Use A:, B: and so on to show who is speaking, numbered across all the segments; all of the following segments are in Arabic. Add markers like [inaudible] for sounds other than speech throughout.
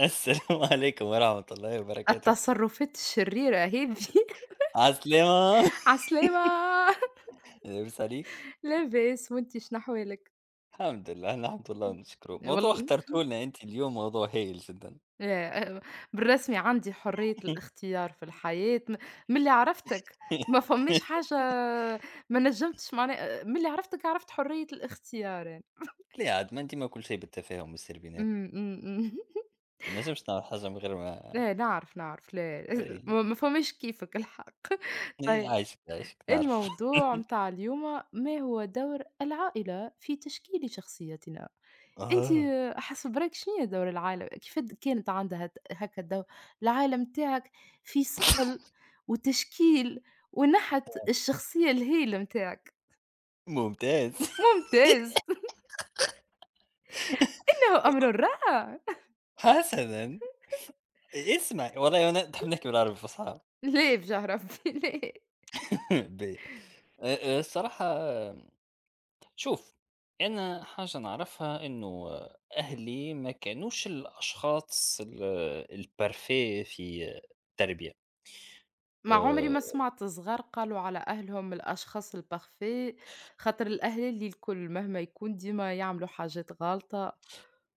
A: السلام عليكم ورحمة الله وبركاته.
B: التصرفات الشريرة هذي [laughs]
A: عالسلامة.
B: عسلامة.
A: لاباس عليك؟
B: لاباس وأنتِ شنحوالك؟
A: الحمد لله الحمد لله نشكرو، موضوع
B: والل
A: اخترته لنا أنت اليوم موضوع هايل جدًا.
B: آآ [laughs] بالرسمي عندي حرية الاختيار في الحياة من اللي عرفتك. ما فماش
A: [laughs]
B: حاجة، ما نجمتش معناها من اللي عرفتك عرفت حرية الاختيار يعني.
A: لا عاد ما ديما كل شيء بالتفاهم والسير بيناتنا،
B: إمم، إمم، إمم. [laughs]
A: ما نجمش نعمل حاجة من غير ما.
B: لا نعرف، نعرف لا
A: إي
B: [laughs] ما فماش كيفك الحق. [laughs]
A: إي
B: طيب،
A: عايشك عايشك نعرف.
B: الموضوع متاع اليوم، ما هو دور العائلة في تشكيل شخصيتنا؟
A: [laughs]
B: أنتِ
A: آه،
B: حسب برأيِك شنو هي دور العائلة؟ كيفاش كانت عندها هكا الدور؟ العائلة متاعك في صقل وتشكيل ونحت الشخصية الهايلة متاعك.
A: ممتاز.
B: ممتاز [laughs] إنه أمر رائع.
A: [laughs] حسنًا، اسمع والله أنا تحب نحكي بالعربي الفصحى.
B: لا بجاه ربي [laughs] لا.
A: [laughs] باهي، أ أ الصراحة، شوف، انا حاجه نعرفها انه اهلي ما كانوش الاشخاص البارفي في التربيه.
B: ما عمري
A: أه،
B: ما سمعت صغار قالوا على أهلهم الأشخاص الparfaits، خاطر الأهالي الكل مهما يكون ديما يعملوا حاجات غالطة.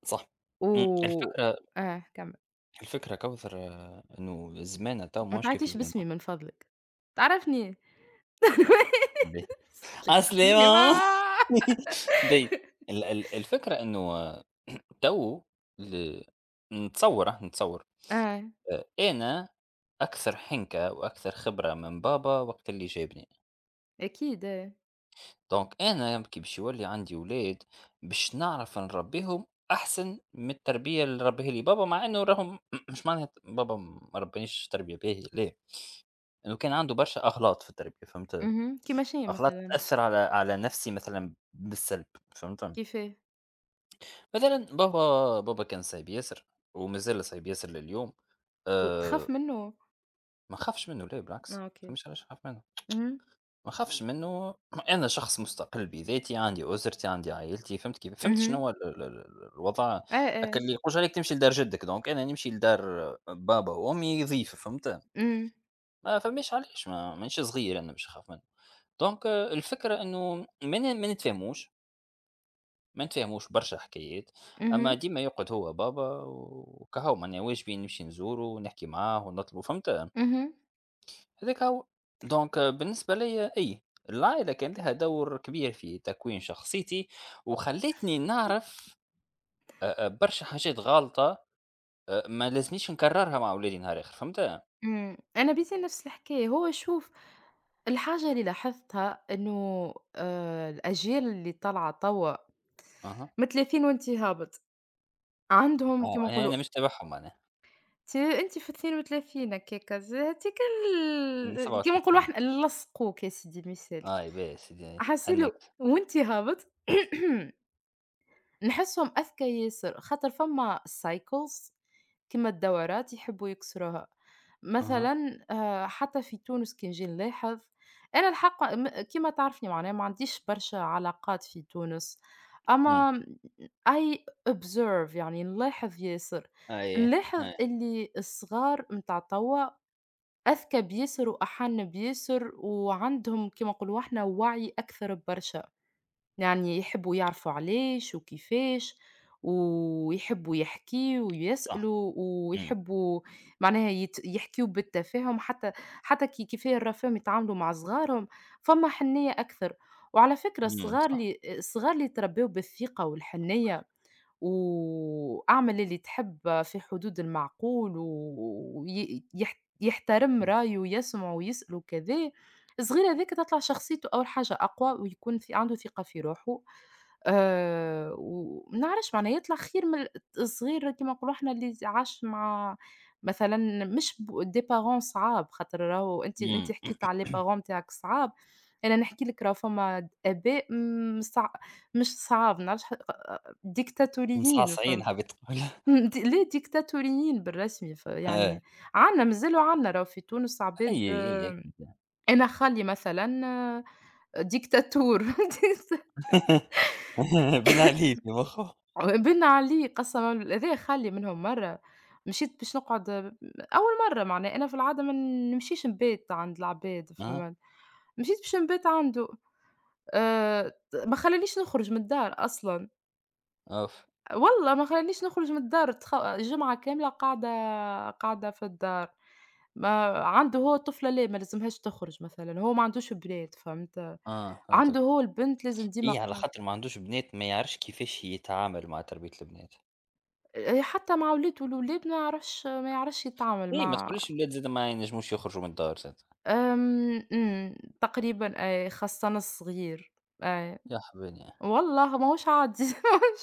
A: صح.
B: و
A: الفكره،
B: آه، كمّل.
A: الفكره كوثر، انه زمانه تو
B: ما
A: ماهوش كيف
B: تعيطليش
A: زمانه.
B: باسمي من فضلك، تعرفني. [laughs] [laughs] ما
A: عسلامة. [laughs] بي الفكره انه [clears throat] تو ل- نتصور،
B: آه،
A: انا اكثر حنكه واكثر خبره من بابا وقت اللي جابني.
B: أكيد آه.
A: دونك أنا كي باش يولي عندي ولاد باش نعرف نربيهم أحسن من التربية اللي ربيها لي بابا، مع إنه راهم [clears throat] مش معناها بابا ما ربانيش تربية باهية، لا. إنه كان عنده برشا أغلاط في التربية، فهمت.
B: اهم، كيما شنو
A: أغلاط
B: مثلًا؟
A: تأثر على نفسي مثلا بالسلب، فهمت.
B: كيفاه؟
A: مثلا بابا بابا كان صعيب ياسر، ومازال صعيب ياسر لليوم.
B: وتخاف
A: أه.
B: منه؟
A: ما خافش منه، لا بالعكس،
B: آه، أوكي.
A: فمش علاش نخاف منه.
B: اهم،
A: ما اخافش منه. [clears throat] أنا شخص مستقل بذاتي، عندي أسرتي، عندي عائلتي، فهمت كيف، فهمت شنو
B: اهم،
A: هو ال ال ال الوضع.
B: آه،
A: هاكا
B: آه،
A: اللي يقولش عليك تمشي لدار جدك، دونك أنا نمشي لدار بابا وأمي ضيف، فهمت.
B: إمم،
A: ما فماش علاش، ما مانيش صغير أنا باش نخاف منه. دونك، الفكرة إنه ما نتفاهموش، ما نتفاهموش برشا حكايات. أما
B: اهم،
A: ديما يقعد هو بابا وكهو معناها واجبي نمشي نزوره ونحكي معاه ونطلبه فهمت.
B: اهم،
A: هذاك هو. دونك، بالنسبة لي، أي العائلة كان لها دور كبير في تكوين شخصيتي وخلتني نعرف برشا حاجات غلطة، ما لازمنيش نكررها مع أولادي نهار آخر، فهمت؟
B: إمم. أنا بيتي نفس الحكاية. هو شوف، الحاجة اللي لاحظتها إنه الأجيال اللي طالعة توا
A: أها.
B: من 30 وأنت هابط، عندهم
A: أه
B: كيما
A: يعني
B: نقولوا،
A: أنا مش تبعهم، أنا
B: أنتِ في 32 هكاكا، هاتي
A: من
B: كيما نقولوا
A: 37.
B: إحنا لصقوك يا سيدي ما يسالش.
A: أي باهي سيدي
B: حسّي
A: أنك.
B: له وأنت هابط. [clears throat] [coughs] نحسهم أذكى ياسر، خاطر فما cycles، كيما الدورات يحبوا يكسروها.
A: أها،
B: مثلًا حتى في تونس كي نجي نلاحظ، أنا الحق كيما تعرفني معناها ما عنديش برشا علاقات في تونس،
A: أمم.
B: أما I observe، يعني نلاحظ ياسر.
A: أي،
B: نلاحظ
A: أي،
B: اللي الصغار متاع توا أذكى بياسر وأحن بياسر وعندهم كيما نقولوا إحنا وعي أكثر ببرشا. يعني يحبّوا يعرفوا علاش وكيفاش، ويحبّوا يحكيوا
A: صح.
B: ويسألوا،
A: أمم.
B: ويحبّوا معناها يحكيوا بالتفاهم. حتى حتى كي كيفاه الرفاهم يتعاملوا مع صغارهم، فما حنيّة أكثر. وعلى فكرة،
A: أمم،
B: الصغار
A: صح.
B: اللي يتربّوا بالثقة والحنيّة وأعمل اللي تحب في حدود المعقول وي يح يحترم رايه ويسمع ويسأل وكذا، الصغير هاذاك تطلع شخصيته أول حاجة أقوى ويكون في عنده ثقة في روحه. وما نعرفش معناها يطلع خير من الصغير كيما نقولوا إحنا اللي عاش مع مثلًا، مش ب des parents صعاب، خاطر راهو أنتِ
A: أمم.
B: حكيت على les parents نتاعك صعاب. أنا نحكي لك، راهو فما آباء م صع مش صعاب، ما نعرفش، ديكتاتوريين،
A: مصعصعين
B: فهمت.
A: حبيت تقول.
B: [laughs] ليه ديكتاتوريين بالرسمي
A: [laughs] أي،
B: فيعني عندنا، مازالوا عندنا راهو في تونس عباد
A: أي، أي،
B: آه.
A: أكيد.
B: أنا خالي مثلًا آه، ديكتاتور. [laughs]
A: [laughs] بن علي في [laughs] مخه.
B: بِنّا عليه قسمًا بالله، خالي منهم مرّة مشيت باش نقعد، أول مرّة معناها، أنا في العادة ما نمشيش نبات عند العباد
A: أه،
B: فهمت، مشيت باش نبات عنده. ت ما خلانيش نخرج من الدار أصلًا.
A: أوف،
B: والله ما خلانيش نخرج من الدار، جمعة كاملة قاعدة في الدار. ما عنده هو، الطفلة لا ما لازمهاش تخرج مثلًا، هو ما عندوش بنات فهمت،
A: آه،
B: عنده
A: فهمتك.
B: هو البنت لازم ديما
A: إيه، على
B: قاعدة.
A: خاطر ما عندوش بنات، ما يعرفش كيفاش يتعامل مع تربية البنات.
B: إيه، حتى مع ولاد، والولاد ما يعرفش يتعامل
A: إيه، ما
B: مع
A: تقوليش الولاد زاد ما ينجموش يخرجوا من الدار زاد.
B: آمم. إمم، تقريبًا أي، خاصّة الصغير. أي.
A: يا حبيبي.
B: والله ماهوش عادي [laughs] ماهوش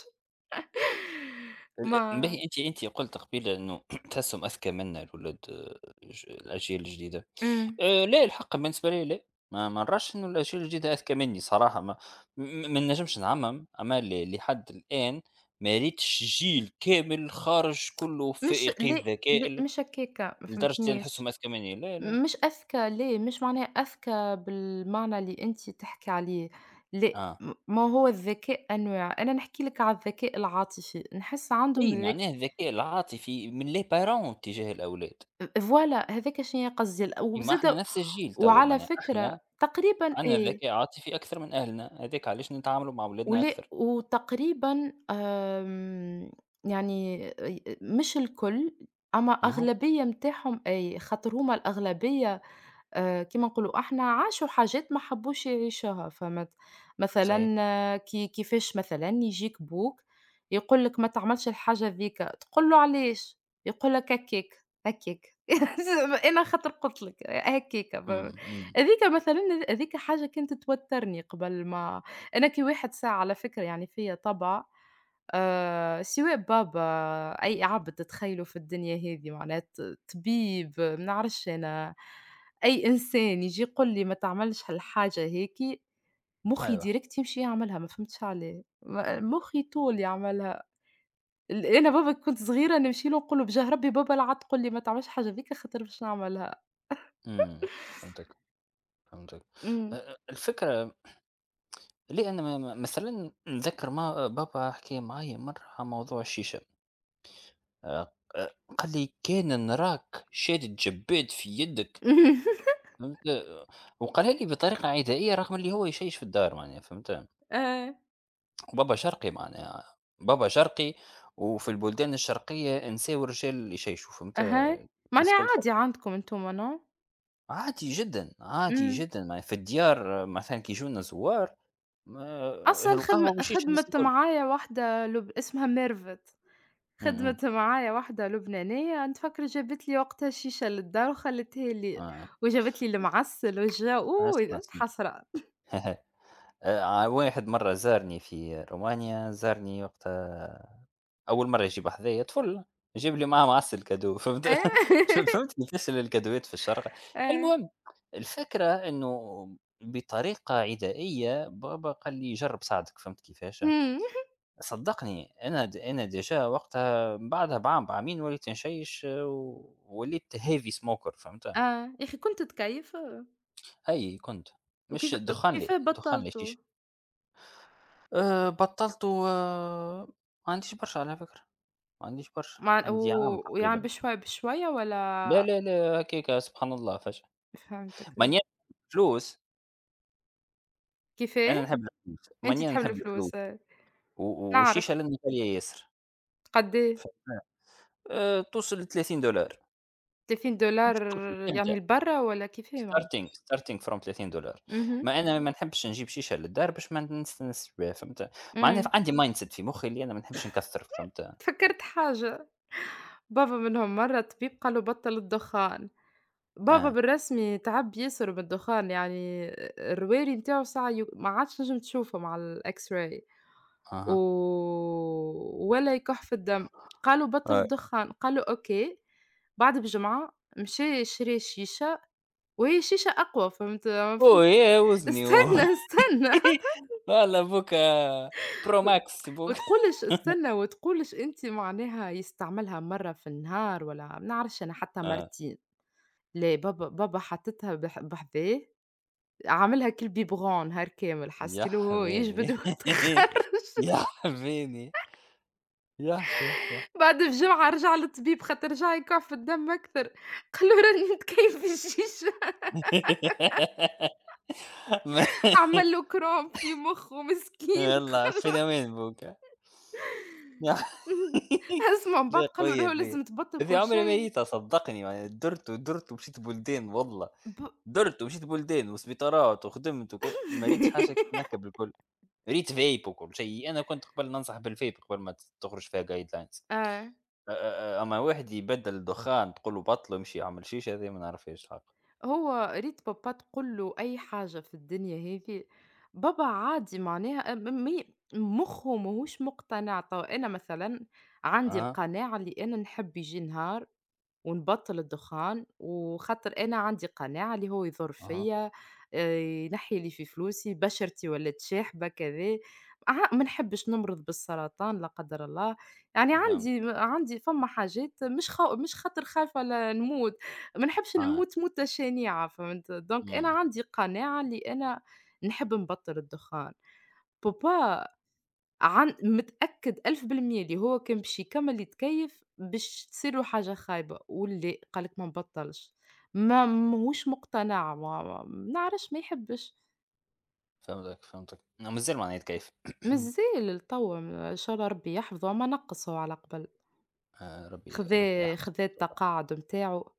B: ما
A: باهي، أنتِ قلت قبيلة إنه [clears throat] تحسهم أذكى منا الولاد، آه، ج الأجيال الجديدة.
B: إمم.
A: لا، الحق بالنسبة لي لا. ما نراش إنه الأجيال الجديدة أذكى مني صراحة. ما م م- ما نجمش نعمم، أما لحد الآن ما ريتش جيل كامل خارج كله
B: مش
A: فائقي
B: لأ،
A: الذكاء
B: لأ مش هكاكا، ما
A: لدرجة اللي
B: فهمتنيش.
A: نحسهم أذكى مني، لا لا.
B: مش أذكى ليه، مش معناه أذكى بالمعنى اللي أنتِ تحكي عليه، لأ.
A: آه.
B: ما هو الذكاء أنواع، أنا نحكي لِك على الذكاء العاطفي، نحس عندهم
A: أي، معناه الذكاء العاطفي من les parents تجاه الأولاد.
B: فوالا هذاك شنيا قصدي،
A: كيما إحنا
B: وزادا
A: نفس الجيل توا،
B: وعلى
A: معناها
B: فكرة
A: إحنا
B: تقريبًا
A: عندنا
B: إيه.
A: ذكاء عاطفي أكثر من أهلنا، هاذاك علاش نتعاملوا مع ولادنا أكثر.
B: وتقريبًا آمم، يعني مش الكل، أما
A: أها،
B: أغلبية متاعهم أي، خاطر هُم الأغلبية. كيما نقولوا إحنا عاشوا حاجات ما حبوش يعيشوها، فمت.
A: صحيح.
B: مثلًا آه، كيفاش مثلًا يجيك بوك يقول لك ما تعملش الحاجة ذيك، تقول له علاش؟ يقول لك هكاك، هكاك [laughs] أنا خاطر قُلت لك هكاك، فاهم.
A: إمم، إمم،
B: هاذيك مثلًا، هاذيك حاجة كانت توتّرني قبل ما أنا، كي واحد ساعة على فكرة، يعني فيّا طبع سواء بابا، أي عبد تتخيّله في الدنيا هذي، معنات طبيب ما نعرفش أنا، أي إنسان ييجي يقول لي ما تعملش هالحاجة هيكي، مُخّي
A: أيوه،
B: direct يمشي يعملها، ما فهمتش علاه، ما مُخّي طول يعملها. أنا بابا كنت صغيرة نمشي له نقول له بجاه ربي بابا لا عاد تقول لي ما تعملش حاجة هاذيكا خاطر باش نعملها.
A: إمم. فهمتك، فهمتك. أ
B: إمم.
A: أ الفكرة، لأن م م مثلًا نتذكر ما بابا حكى معايا مرة على موضوع الشيشة. آآ أ قال لي: "كان نراك شادد جباد في يدك"،
B: [laughs]
A: فهمت؟ وقالها لي بطريقة عدائية رغم اللي هو يشيش في الدار معناها، فهمت؟
B: آه،
A: بابا شرقي معناها، بابا شرقي، وفي البلدان الشرقية نساو الرجال اللي يشيشوا فهمت،
B: أها،
A: الناس
B: معناها
A: الكل تحب.
B: عادي عندكم أنتم، no؟
A: عادي جدًا، عادي
B: إمم،
A: جدًا معناها في الديار مثلًا كي يجونا زوار، ما آه،
B: أصلًا
A: القهوة، ما يشيش الناس
B: خدمت
A: الكل.
B: معايا واحدة اسمها ميرفت.
A: إمم، إمم،
B: خدمت معايا واحدة لبنانية نتفكر، جابت لي وقتها شيشة للدار وخلّتها لي،
A: آه،
B: وجابت لي المعسل
A: آه، اسمع
B: أوه!
A: سيدي.
B: حسرة.
A: [laughs] واحد مرة زارني في رومانيا، زارني وقتها أول مرّة يجيب هدايا طفل، جاب لي معاه معسل كادو، [laughs]
B: [laughs]
A: فهمت؟
B: آه،
A: فهمت كيفاش الكادوات في الشارقة.
B: آه،
A: المهم، الفكرة إنه بطريقة عدائية بابا قال لي: "جرّب ساعدك." فهمت كيفاش؟
B: إمم.
A: صدّقني، أنا ديجا وقتها بعدها بعام بعامين وليت نشيّش ووليت heavy smoker، فهمت؟
B: [laughs] آه، يا أخي كنت تكيّف آه.
A: أي كنت. مش
B: وكيف
A: الدخان لا،
B: وكيفاه
A: الدخان لا، شيشة.
B: بطّلته؟
A: بطّلته. ما عنديش برشا على فكرة، ما عنديش برشا،
B: مع و
A: عندي عام
B: ويعني
A: تقريبًا.
B: بشوية
A: لا،
B: والّا؟
A: لا، لا، هكاك سبحان الله فجأة.
B: فهمتك، باهي.
A: ماني، الفلوس.
B: كيفاه؟
A: أنا نحب الفلوس،
B: أنت
A: ماني
B: تحب
A: نحب الفلوس،
B: الفلوس آه، نعرف.
A: والشيشة لأني غالية ياسر،
B: قد إيه؟
A: فهمت؟ توصل ل$30. مش
B: $30
A: توصل، تبدأ
B: يعني لبرّا والّا كيفاه يعني؟
A: starting from $30.
B: اهم،
A: ما أنا ما نحبش نجيب شيشة للدار باش ما نستانسش بها، فهمت؟ معناها
B: إمم،
A: عندي mindset في مخي اللي أنا ما نحبش نكثّر، فهمت؟
B: تفكّرت حاجة. بابا منهم مرة طبيب قال له بطّل الدخان، بابا
A: آه،
B: بالرسمي تعب ياسر من الدخان، يعني الرواري نتاعو ساعة ما عادش تنجم تشوفهم على الX-ray، و
A: أها،
B: ولا يكح في الدم. قالوا بطّل
A: آه،
B: الدخان، قال له: "أوكي." بعد بجمعة مشى شرى شيشة، وهي شيشة أقوى، فهمت ما
A: أوه
B: فهمتش؟
A: يا وزني أوه.
B: استنى، استنى
A: [laughs] والله بوكا، برو
B: [laughs]
A: ماكس بوكا.
B: وتقولش استنى
A: [laughs]
B: وتقولش أنت معناها يستعملها مرة في النهار والّا ما نعرفش أنا، حتى
A: آه.
B: مرتين. ليه بابا حاططها بحذاه، عاملها كالبيبغون هار كامل،
A: يا
B: حسّيت له هو يجبد
A: حبيبي، [laughs]
B: ويتخرّج.
A: يا حبيبي، يح يح يح.
B: بعد بجمعة رجع للطبيب خاطر رجع يكع في الدم أكثر، قال له: "راني متكيّف الجيجة."
A: [laughs] ما
B: عمل له cramp في مُخّه مسكين.
A: يلّا فينومين بوكا، يح.
B: [laughs] اهم.
A: [laughs]
B: اسمع، من بعد
A: لا،
B: قال له
A: قوية
B: راهو
A: ذي.
B: لازم تبطّل
A: ذي
B: كل
A: عمري ما
B: شيء،
A: جيتها صدّقني، يعني درت ودرت ومشيت بلدان والله،
B: ب
A: درت ومشيت بلدان وسبيطارات وخدمت، ما ريتش حاجة كيما
B: [laughs]
A: هاكا بالكل. ريت فيب وكل شيء، أنا كنت قبل ننصح بالفيب قبل ما تخرج فيها جايد لاينز.
B: آه.
A: أما واحد يبدل الدخان تقول له بطل يمشي يعمل شيشة هذه، ما نعرفهاش الحق.
B: هو ريت بابا تقول له أي حاجة في الدنيا هذي، بابا عادي، معناها م مي مُخّه ماهوش مقتنع. توا أنا مثلًا عندي
A: أها،
B: القناعة اللي أنا نحب ييجي نهار ونبطّل الدخان، وخاطر أنا عندي قناعة اللي هو يضر
A: أها،
B: فيّا، ينحّي لي في فلوسي، بشرتي ولات شاحبة كذا. ما نحبّش نمرض بالسرطان لا قدّر الله، يعني
A: فهمت،
B: عندي فما حاجات، مش خاطر خايفة لا نموت، ما نحبّش
A: أه،
B: نموت موتة شنيعة، فهمت؟ دونك أنا
A: أمم.
B: عندي قناعة اللي أنا نحب نبطّل الدخان. بابا عن متأكد 1000% اللي هو كان باش يكمّل يتكيّف باش تصير له حاجة خايبة، ولأ قال لك ما نبطّلش. ما ماهوش مقتنع، ما نعرفش، ما يحبش.
A: فهمتك، فهمتك، أنا مازال ما كيف. [coughs]
B: مازال لتوا، إن شاء الله ربي يحفظه، أمّا نقّص هو على قبل.
A: آه، ربي ربي
B: خذا
A: يحفظك
B: خذا
A: بصراحة.
B: التقاعد نتاعو،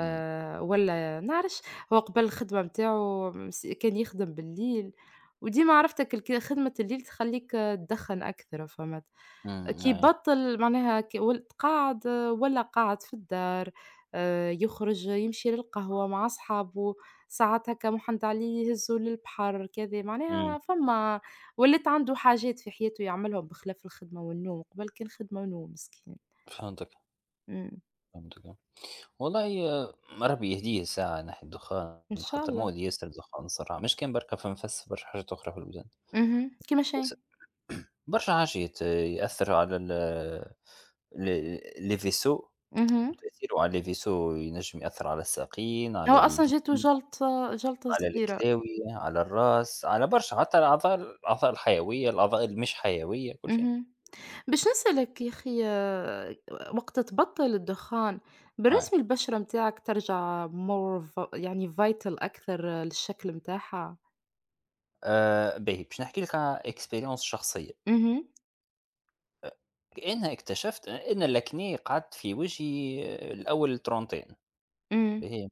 A: أمم،
B: والّا نعرفش. هو قبل الخدمة نتاعو كان يخدم بالليل، وديما عرفتك خدمة الليل تخلّيك آه، تدخّن أكثر فهمت.
A: أمم،
B: كي
A: آه،
B: يبطّل معناها، ك ول قاعد ولّى قاعد في الدار، يخرج يمشي للقهوة مع صحابه، ساعات هكا محنّت عليه يهزّه للبحر كذا،
A: أمم.
B: معناها فما، ولات عنده حاجات في حياته يعملهم بخلاف الخدمة والنوم، قبل كان خدمة ونوم مسكين.
A: فهمتك،
B: إمم.
A: فهمتك. والله، ربي يهديه الساعة ناحية الدخان
B: إن شاء
A: خاطر
B: الله.
A: مؤذي ياسر الدخان صراحة، مش كان بركة فنفس برشا حاجات أخرى في البلدان.
B: اهم. كيما شاي.
A: برشا حاجات، يأثّر على ال les vaisseaux.
B: اهم.
A: تأثيره على les vaisseaux ينجم يأثّر على الساقين،
B: هو
A: على
B: أصلًا جاته
A: اليدين،
B: جَلطة
A: على
B: صغيرة.
A: الكلاوي، على الراس، على برشا حتى الأعضاء الحيوية، الأعضاء اللي مش حيوية، كل شيء.
B: اهم. باش نسألك يا أخي آه، وقت تبطّل الدخان،
A: آه.
B: بالرسمي البشرة متاعك ترجع more يعني vital أكثر آه، للشكل متاعها؟
A: باهي، باش نحكي لك على experience شخصية.
B: اهم،
A: أ أنا اكتشفت أن الacné قعد في وجهي، الأول trentaine.
B: إمم،
A: باهي،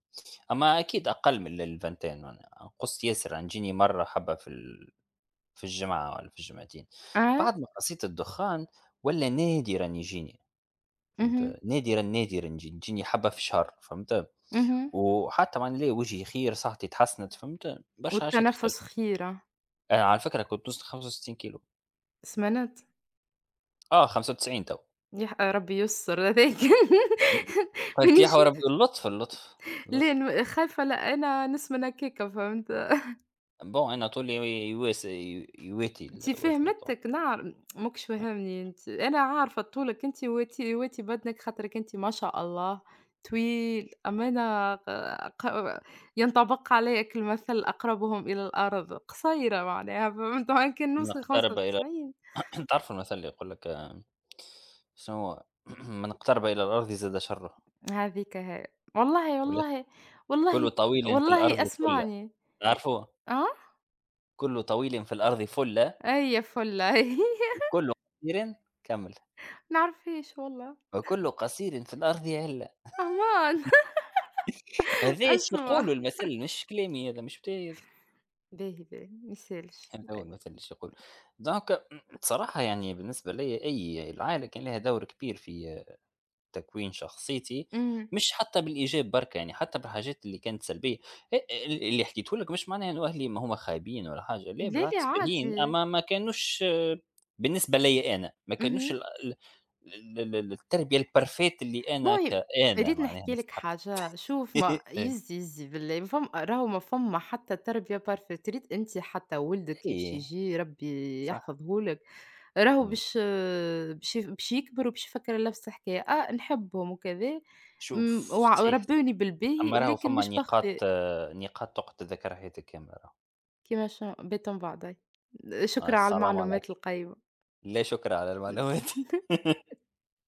A: أما أكيد أقل من الفانتين معناها، قُصت ياسر. أنا تجيني مرّة حبّة في الجمعة والّا في الجمعتين.
B: آه،
A: بعد ما قصيت الدخان، ولا نادرًا يجيني، فهمت؟
B: اهم،
A: نادرًا، نادرًا تجيني حبّة في الشهر، فهمت؟
B: اهم.
A: وحتى معنى ليا وجهي خير، صحتي تحسنت، فهمت؟ برشا حاجات
B: والتنفس
A: اختلفت.
B: خيرة.
A: أنا على فكرة كنت نوصل 95 كيلو.
B: سمنت؟
A: 95 توا.
B: يح آه، ربي يستر هذاك. [laughs]
A: قلت يا
B: مانيش،
A: حول ربي، اللطف، اللطف، اللطف.
B: لا خايفة لا أنا نسمن هكاكا، فهمت؟
A: bon أنا طولي يواس ي يواتي
B: أنتِ
A: وزني توا.
B: فهمتِك، ماكش فاهمني أنتِ. أنا عارفة طولِك أنتِ، وأنتِ وأنتِ بدنِك خاطرِك أنتِ ما شاء الله طويل، أما أنا ق ق ينطبق عليك المثل أقربهم إلى الأرض، قصيرة معناها، فهمت؟ وإن كان نوصل
A: نقترب إلى.
B: 95.
A: [clears throat] تعرف المثل اللي يقول لك، شنو هو؟ [clears throat] "من اقترب إلى الأرض زاد شره."
B: هاذيك هي. والله،
A: ولا
B: والله،
A: كُلّ
B: والله،
A: طويل في الأرض
B: والله
A: فُلَّة.
B: اسمعني
A: تعرفوها؟
B: آه؟
A: كُلّ طويل في الأرض فُلَّة،
B: أي فلة [laughs] ما
A: وكُلّ قصير، كمّل.
B: نعرفهاش والله.
A: وكُلّ قصير في الأرض عِلَّة.
B: أمان. [laughs]
A: هذا اش
B: أسمع،
A: يقولوا المثل، مش كلامي هذا، مش بتاعي هذا.
B: باهي، باهي، ما يسالش.
A: هذا هو المثل اش يقول. دونك، بصراحة يعني، بالنسبة ليّا، أي العائلة كان لها دور كبير في تكوين شخصيتي،
B: إمم،
A: مش حتى بالايجاب برك، يعني حتى بالحاجات اللي كانت سلبيه. إيه، إيه اللي حكيته لك مش معناه انه اهلي ما هما خايبين ولا حاجه، لا
B: لا، لا
A: بالعكس باهين،
B: عادي.
A: اما ما كانوش. بالنسبه لي انا ما كانوش
B: اهم.
A: التربيه البرفيت اللي انا
B: المهم،
A: كانا
B: أريد
A: معناها
B: نحكي لك
A: نستحق.
B: حاجة. شوف ما
A: [laughs]
B: يزي يزي بالله، ما فم راهو ما فما حتى تربية perfect، تريد أنتِ حتى ولدك
A: اي،
B: كيفاش يجي ربي
A: صح،
B: يحفظه لك، راهو
A: جميل.
B: باش يكبر وباش يفكر نفس الحكاية، آه نحبهم وكذا.
A: شوف، صحيح صحيح.
B: وربوني بالباهي،
A: اما راهو
B: لكن
A: فما
B: مش parfait
A: نقاط تقعد تذكرها حياتك كامله راهو.
B: كيما بيتهم بعضاي. شكرًا على
A: السلام عليكم.
B: المعلومات القيمة.
A: لا، شكرا على المعلومات.
B: [laughs]
A: [laughs]